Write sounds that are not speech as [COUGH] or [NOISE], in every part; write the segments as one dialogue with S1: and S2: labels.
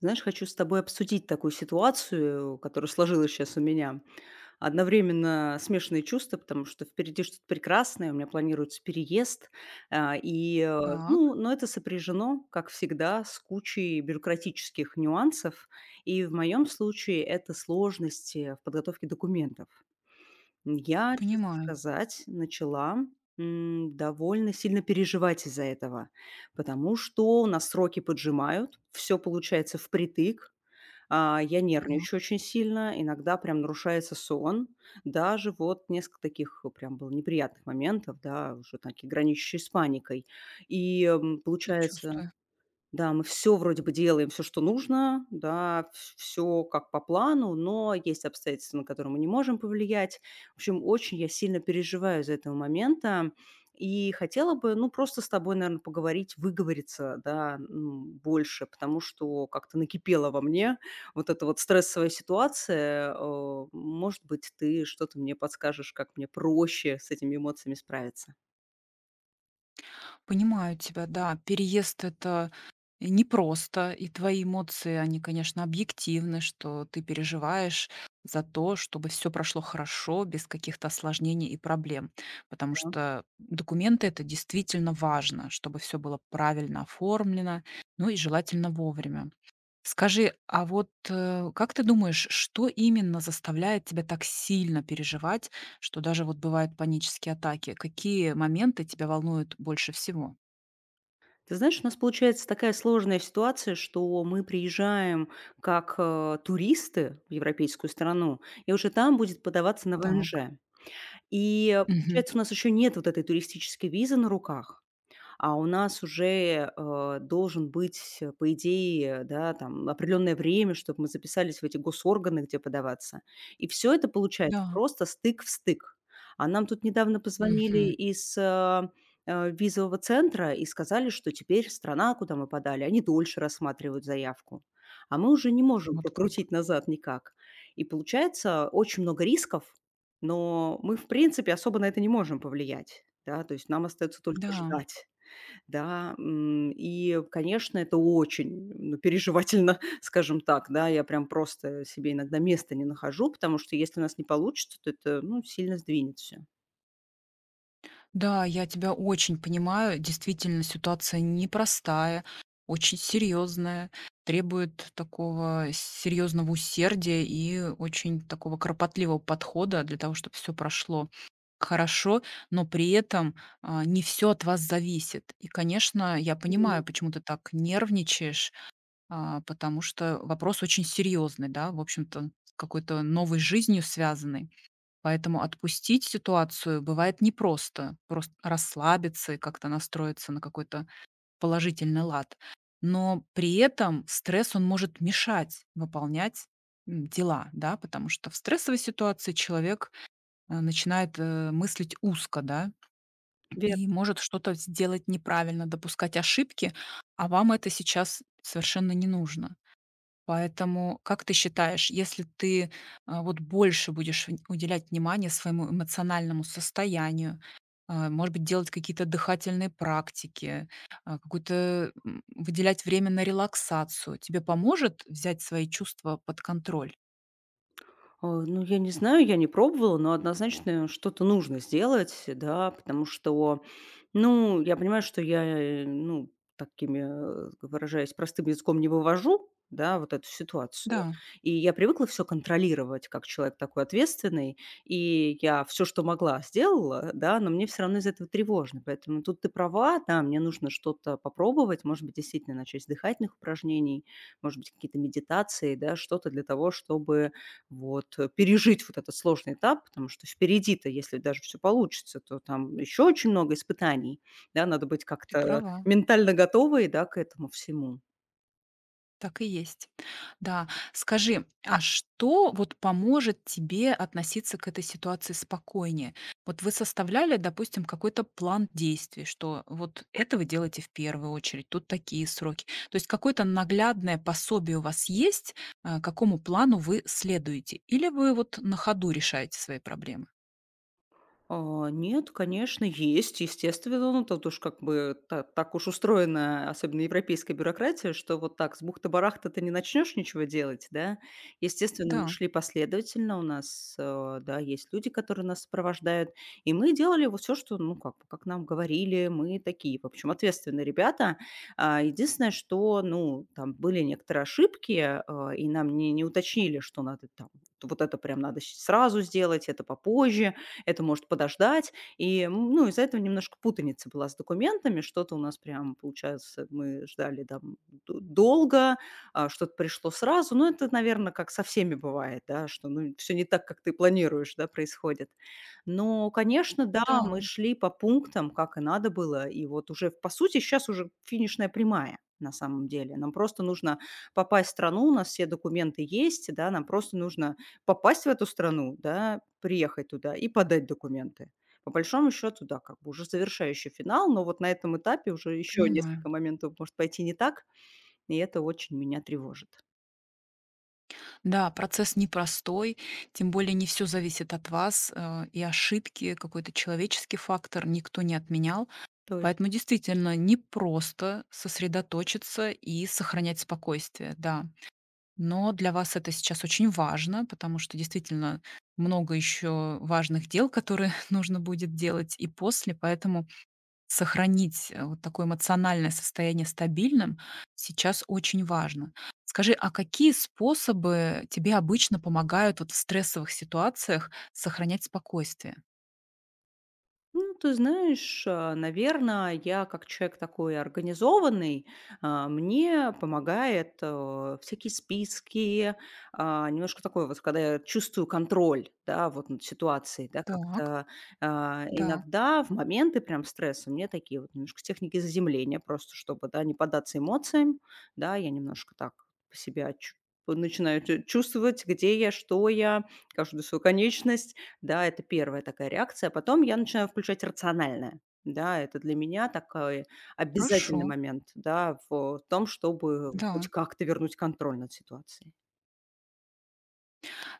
S1: Знаешь, хочу с тобой обсудить такую ситуацию, которая сложилась сейчас у меня. Одновременно смешанные чувства, потому что впереди что-то прекрасное, у меня планируется переезд. а, И, э,
S2: Так,
S1: ну, но это сопряжено, как всегда, с кучей бюрократических нюансов. И в моем случае это сложности в подготовке документов. Я, честно
S2: понимаю.
S1: сказать, начала довольно сильно переживать из-за этого, потому что у нас сроки поджимают, все получается впритык, я нервничаю
S2: Так,
S1: очень сильно, иногда прям нарушается сон. Даже вот несколько таких прям было неприятных моментов, да, уже такие граничащие с паникой. Получается,
S2: сочувствую.
S1: да, мы все вроде бы делаем, все, что нужно, да, все как по плану, но есть обстоятельства, на которые мы не можем повлиять. В общем, очень я сильно переживаю из-за этого момента и хотела бы, ну, просто с тобой, наверное, поговорить, выговориться, да, больше, потому что как-то накипела во мне вот эта вот стрессовая ситуация. Может быть, ты что-то мне подскажешь, как мне проще с этими эмоциями справиться?
S2: Понимаю тебя, да. Переезд- это непросто, и твои эмоции, они, конечно, объективны, что ты переживаешь за то, чтобы все прошло хорошо, без каких-то осложнений и проблем. Потому что документы- это действительно важно, чтобы все было правильно оформлено, ну и желательно вовремя. Скажи, а вот, как ты думаешь, что именно заставляет тебя так сильно переживать, что даже вот бывают панические атаки? Какие моменты тебя волнуют больше всего?
S1: Ты знаешь, у нас получается такая сложная ситуация, что мы приезжаем как, туристы в европейскую страну, и уже там будет подаваться на
S2: Так.
S1: ВНЖ.
S2: Мгм.
S1: Получается, у нас еще нет вот этой туристической визы на руках, а у нас уже, должен быть, по идее, да, там определенное время, чтобы мы записались в эти госорганы, где подаваться. И все это получается
S2: Да.
S1: просто стык в стык. А нам тут недавно
S2: Мгм.
S1: позвонили из, визового центра и сказали, что теперь страна, куда мы подали, они дольше рассматривают заявку. А мы уже не можем
S2: Вот как.
S1: прокрутить назад никак. И получается очень много рисков, но мы, в принципе, особо на это не можем повлиять, да, то есть нам остается только
S2: Да.
S1: ждать. Да, и, конечно, это очень, ну, переживательно, [LAUGHS] скажем так, да. Я прям просто себе иногда места не нахожу, потому что если у нас не получится, то это, ну, сильно сдвинет все.
S2: Да, я тебя очень понимаю. Действительно, ситуация непростая, очень серьезная, требует такого серьезного усердия и очень такого кропотливого подхода для того, чтобы все прошло хорошо, но при этом, не все от вас зависит. И, конечно, я понимаю, почему ты так нервничаешь, а, потому что вопрос очень серьезный, да, в общем-то, с какой-то новой жизнью связанный. Поэтому отпустить ситуацию бывает непросто. Просто расслабиться и как-то настроиться на какой-то положительный лад. Но при этом стресс, он может мешать выполнять, дела, да, потому что в стрессовой ситуации человек, начинает, мыслить узко, да и может что-то сделать неправильно, допускать ошибки, а вам это сейчас совершенно не нужно. Поэтому, как ты считаешь, если ты вот больше будешь уделять внимание своему эмоциональному состоянию, а, может быть, делать какие-то дыхательные практики, выделять время на релаксацию, тебе поможет взять свои чувства под контроль?
S1: А, ну, я не знаю, я не пробовала, но однозначно что-то нужно сделать, да, потому что, ну, я понимаю, что я, ну, такими, выражаясь простым языком, не вывожу, да, вот эту ситуацию.
S2: Да,
S1: И я привыкла все контролировать, как человек такой ответственный, и я все, что могла, сделала, да, но мне все равно из этого тревожно. Поэтому тут ты права, да, мне нужно что-то попробовать, может быть, действительно начать с дыхательных упражнений, может быть, какие-то медитации, да, что-то для того, чтобы вот, пережить вот этот сложный этап, потому что впереди-то, если даже все получится, то там еще очень много испытаний, да, надо быть
S2: ты
S1: как-то
S2: права.
S1: ментально готовой, да, к этому всему.
S2: Так и есть. Да. Скажи, а что вот поможет тебе относиться к этой ситуации спокойнее? Вот вы составляли, допустим, какой-то план действий, что вот это вы делаете в первую очередь, тут такие сроки. То есть какое-то наглядное пособие у вас есть, а, какому плану вы следуете? Или вы вот на ходу решаете свои проблемы?
S1: А, нет, конечно, есть, естественно. Ну, тут уж как бы так уж устроена, особенно европейская бюрократия, что вот так с бухта-барахта ты не начнешь ничего делать, да. Естественно, мы
S2: Да,
S1: шли последовательно, у нас, да, есть люди, которые нас сопровождают, и мы делали вот все, что, ну, как бы, как нам говорили, мы такие, в общем, ответственные ребята. А, единственное, что, ну, там были некоторые ошибки, и нам не уточнили, что надо там, вот это прям надо сразу сделать, это попозже, это может подождать. Ну, из-за этого немножко путаница была с документами. Что-то у нас прям, получается, мы ждали там долго, что-то пришло сразу. Ну, это, наверное, как со всеми бывает, да, что ну, все не так, как ты планируешь, да, происходит. Но, конечно, да, мы
S2: да,
S1: шли по пунктам, как и надо было. И вот уже, по сути, сейчас уже финишная прямая на самом деле. Нам просто нужно попасть в страну, у нас все документы есть, да, нам просто нужно попасть в эту страну, да, приехать туда и подать документы. По большому счету, да, как бы уже завершающий финал, но вот на этом этапе уже еще
S2: понимаю.
S1: несколько моментов может пойти не так, и это очень меня тревожит.
S2: Да, процесс непростой, тем более не все зависит от вас, и ошибки, какой-то человеческий фактор никто не отменял. Поэтому действительно непросто сосредоточиться и сохранять спокойствие, да. Но для вас это сейчас очень важно, потому что действительно много еще важных дел, которые [LAUGHS] нужно будет делать и после, поэтому сохранить, вот такое эмоциональное состояние стабильным сейчас очень важно. Скажи, а какие способы тебе обычно помогают вот в стрессовых ситуациях сохранять спокойствие?
S1: Ну, ты знаешь, наверное, я как человек такой организованный, мне помогает всякие списки, немножко такое вот, когда я чувствую контроль, да, вот над ситуацией, да,
S2: Так,
S1: как-то,
S2: да,
S1: иногда в моменты прям стресса мне такие вот немножко техники заземления просто, чтобы, да, не поддаться эмоциям, да, я немножко так по себя чу- начинаю чувствовать, где я, что я, каждую свою конечность, да, это первая такая реакция. Потом я начинаю включать рациональное. Да, это для меня такой обязательный
S2: хорошо,
S1: момент, да, в том, чтобы хоть
S2: да.
S1: как-то вернуть контроль над ситуацией.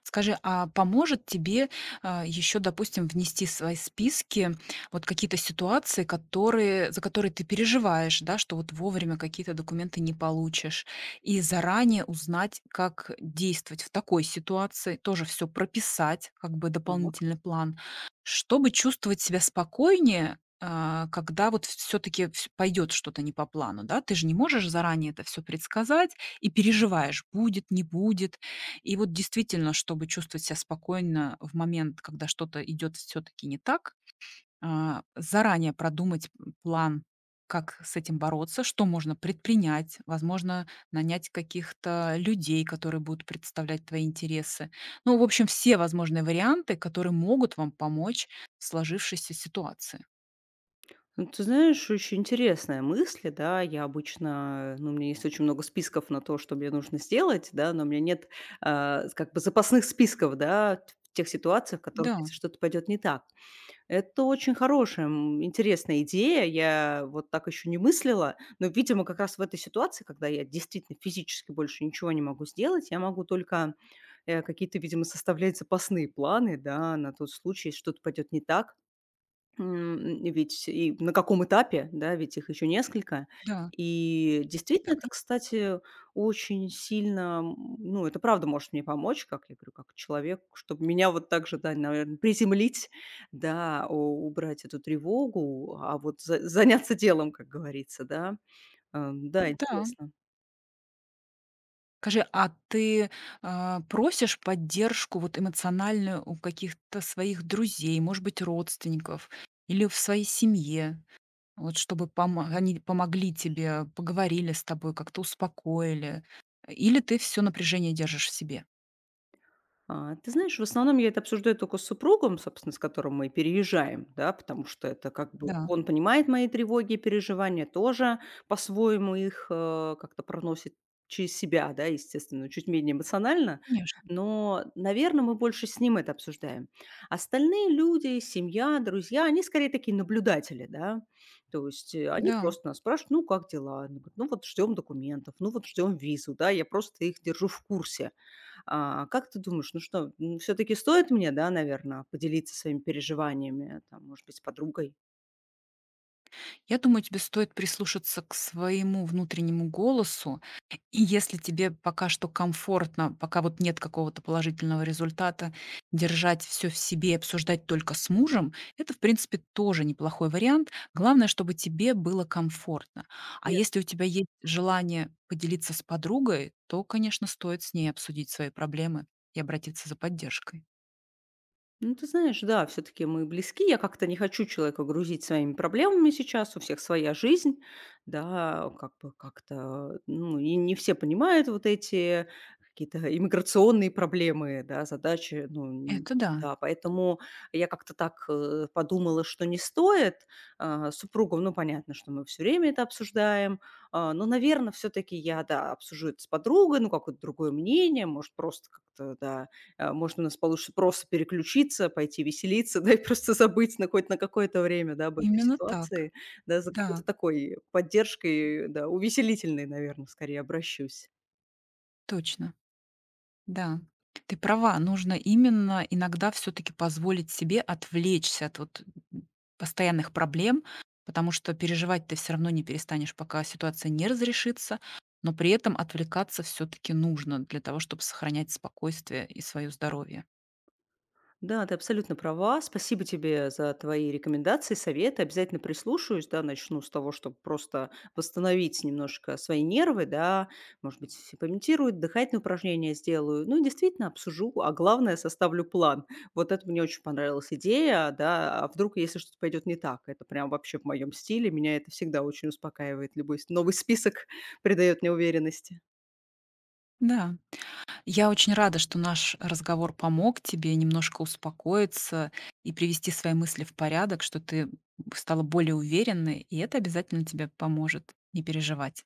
S2: Скажи, а поможет тебе, еще, допустим, внести в свои списки вот какие-то ситуации, которые, за которые ты переживаешь, да, что вот вовремя какие-то документы не получишь, и заранее узнать, как действовать в такой ситуации, тоже все прописать, как бы
S1: Так.
S2: дополнительный план, чтобы чувствовать себя спокойнее, а, когда вот все-таки пойдет что-то не по плану, да, ты же не можешь заранее это все предсказать и переживаешь, будет, не будет, и вот действительно, чтобы чувствовать себя спокойно в момент, когда что-то идет все-таки не так, заранее продумать план, как с этим бороться, что можно предпринять, возможно, нанять каких-то людей, которые будут представлять твои интересы. Ну, в общем, все возможные варианты, которые могут вам помочь в сложившейся ситуации.
S1: Ну, ты знаешь, очень интересная мысль, да. Я обычно, ну, у меня есть очень много списков на то, что мне нужно сделать, да, но у меня нет, как бы запасных списков, да, в тех ситуациях, в которых,
S2: Да,
S1: если что-то пойдет не так. Это очень хорошая, интересная идея. Я вот так еще не мыслила. Но, видимо, как раз в этой ситуации, когда я действительно физически больше ничего не могу сделать, я могу только какие-то, видимо, составлять запасные планы, да, на тот случай, если что-то пойдет не так. Ведь и на каком этапе, да, ведь их еще несколько.
S2: да,
S1: И
S2: так
S1: действительно, это,
S2: и
S1: кстати, очень сильно, ну, это правда может мне помочь, как я говорю, как человек, чтобы меня вот так же, да, наверное, приземлить, да, убрать эту тревогу, а вот заняться делом, как говорится, да. Да,
S2: да.
S1: интересно.
S2: Скажи, а ты, просишь поддержку вот эмоциональную у каких-то своих друзей, может быть, родственников или в своей семье? Вот чтобы помо они помогли тебе, поговорили с тобой, как-то успокоили? Или ты все напряжение держишь в себе?
S1: А, ты знаешь, в основном я это обсуждаю только с супругом, собственно, с которым мы переезжаем, да, потому что это как бы
S2: Да,
S1: он понимает мои тревоги и переживания, тоже по-своему их как-то проносит через себя, да, естественно, чуть менее эмоционально,
S2: конечно.
S1: но, наверное, мы больше с ним это обсуждаем. Остальные люди, семья, друзья, они скорее такие наблюдатели, да, то есть они
S2: Да.
S1: просто нас спрашивают, ну, как дела? Ну, вот ждем документов, ну, вот ждем визу, да, я просто их держу в курсе. А, как ты думаешь, ну что, все таки стоит мне, да, наверное, поделиться своими переживаниями, там, может быть, с подругой?
S2: Я думаю, тебе стоит прислушаться к своему внутреннему голосу. И если тебе пока что комфортно, пока вот нет какого-то положительного результата, держать все в себе и обсуждать только с мужем, это, в принципе, тоже неплохой вариант. Главное, чтобы тебе было комфортно. А если у тебя есть желание поделиться с подругой, то, конечно, стоит с ней обсудить свои проблемы и обратиться за поддержкой.
S1: Ну, ты знаешь, да, все-таки мы близки. Я как-то не хочу человека грузить своими проблемами сейчас. У всех своя жизнь, да, как бы как-то, ну, и не все понимают вот эти какие-то иммиграционные проблемы, да, задачи,
S2: Это да,
S1: да, поэтому я как-то так подумала, что не стоит. А, с супругом, ну, понятно, что мы все время это обсуждаем, а, но, наверное, все-таки я, да, обсужу это с подругой, ну, какое-то другое мнение, может, просто как-то, да, может, у нас получится просто переключиться, пойти веселиться, [LAUGHS] да, и просто забыть на хоть на какое-то время, да, об этой
S2: именно так.
S1: ситуации, да, за какой-то
S2: Да,
S1: такой поддержкой, да, увеселительной, наверное, скорее обращусь.
S2: точно. Да, ты права. Нужно именно иногда все таки позволить себе отвлечься от вот, постоянных проблем, потому что переживать ты все равно не перестанешь, пока ситуация не разрешится, но при этом отвлекаться все таки нужно для того, чтобы сохранять спокойствие и свое здоровье.
S1: Да, ты абсолютно права. Спасибо тебе за твои рекомендации, советы. Обязательно прислушаюсь, да, начну с того, чтобы просто восстановить немножко свои нервы, да, может быть, помедитирую, дыхательные упражнения сделаю. Ну, и действительно, обсужу, а главное, составлю план. Вот это мне очень понравилась идея, да, а вдруг, если что-то пойдет не так, это прям вообще в моем стиле, меня это всегда очень успокаивает, любой новый список [LAUGHS] придает мне уверенности.
S2: Да, я очень рада, что наш разговор помог тебе немножко успокоиться и привести свои мысли в порядок, что ты стала более уверенной, и это обязательно тебе поможет не переживать.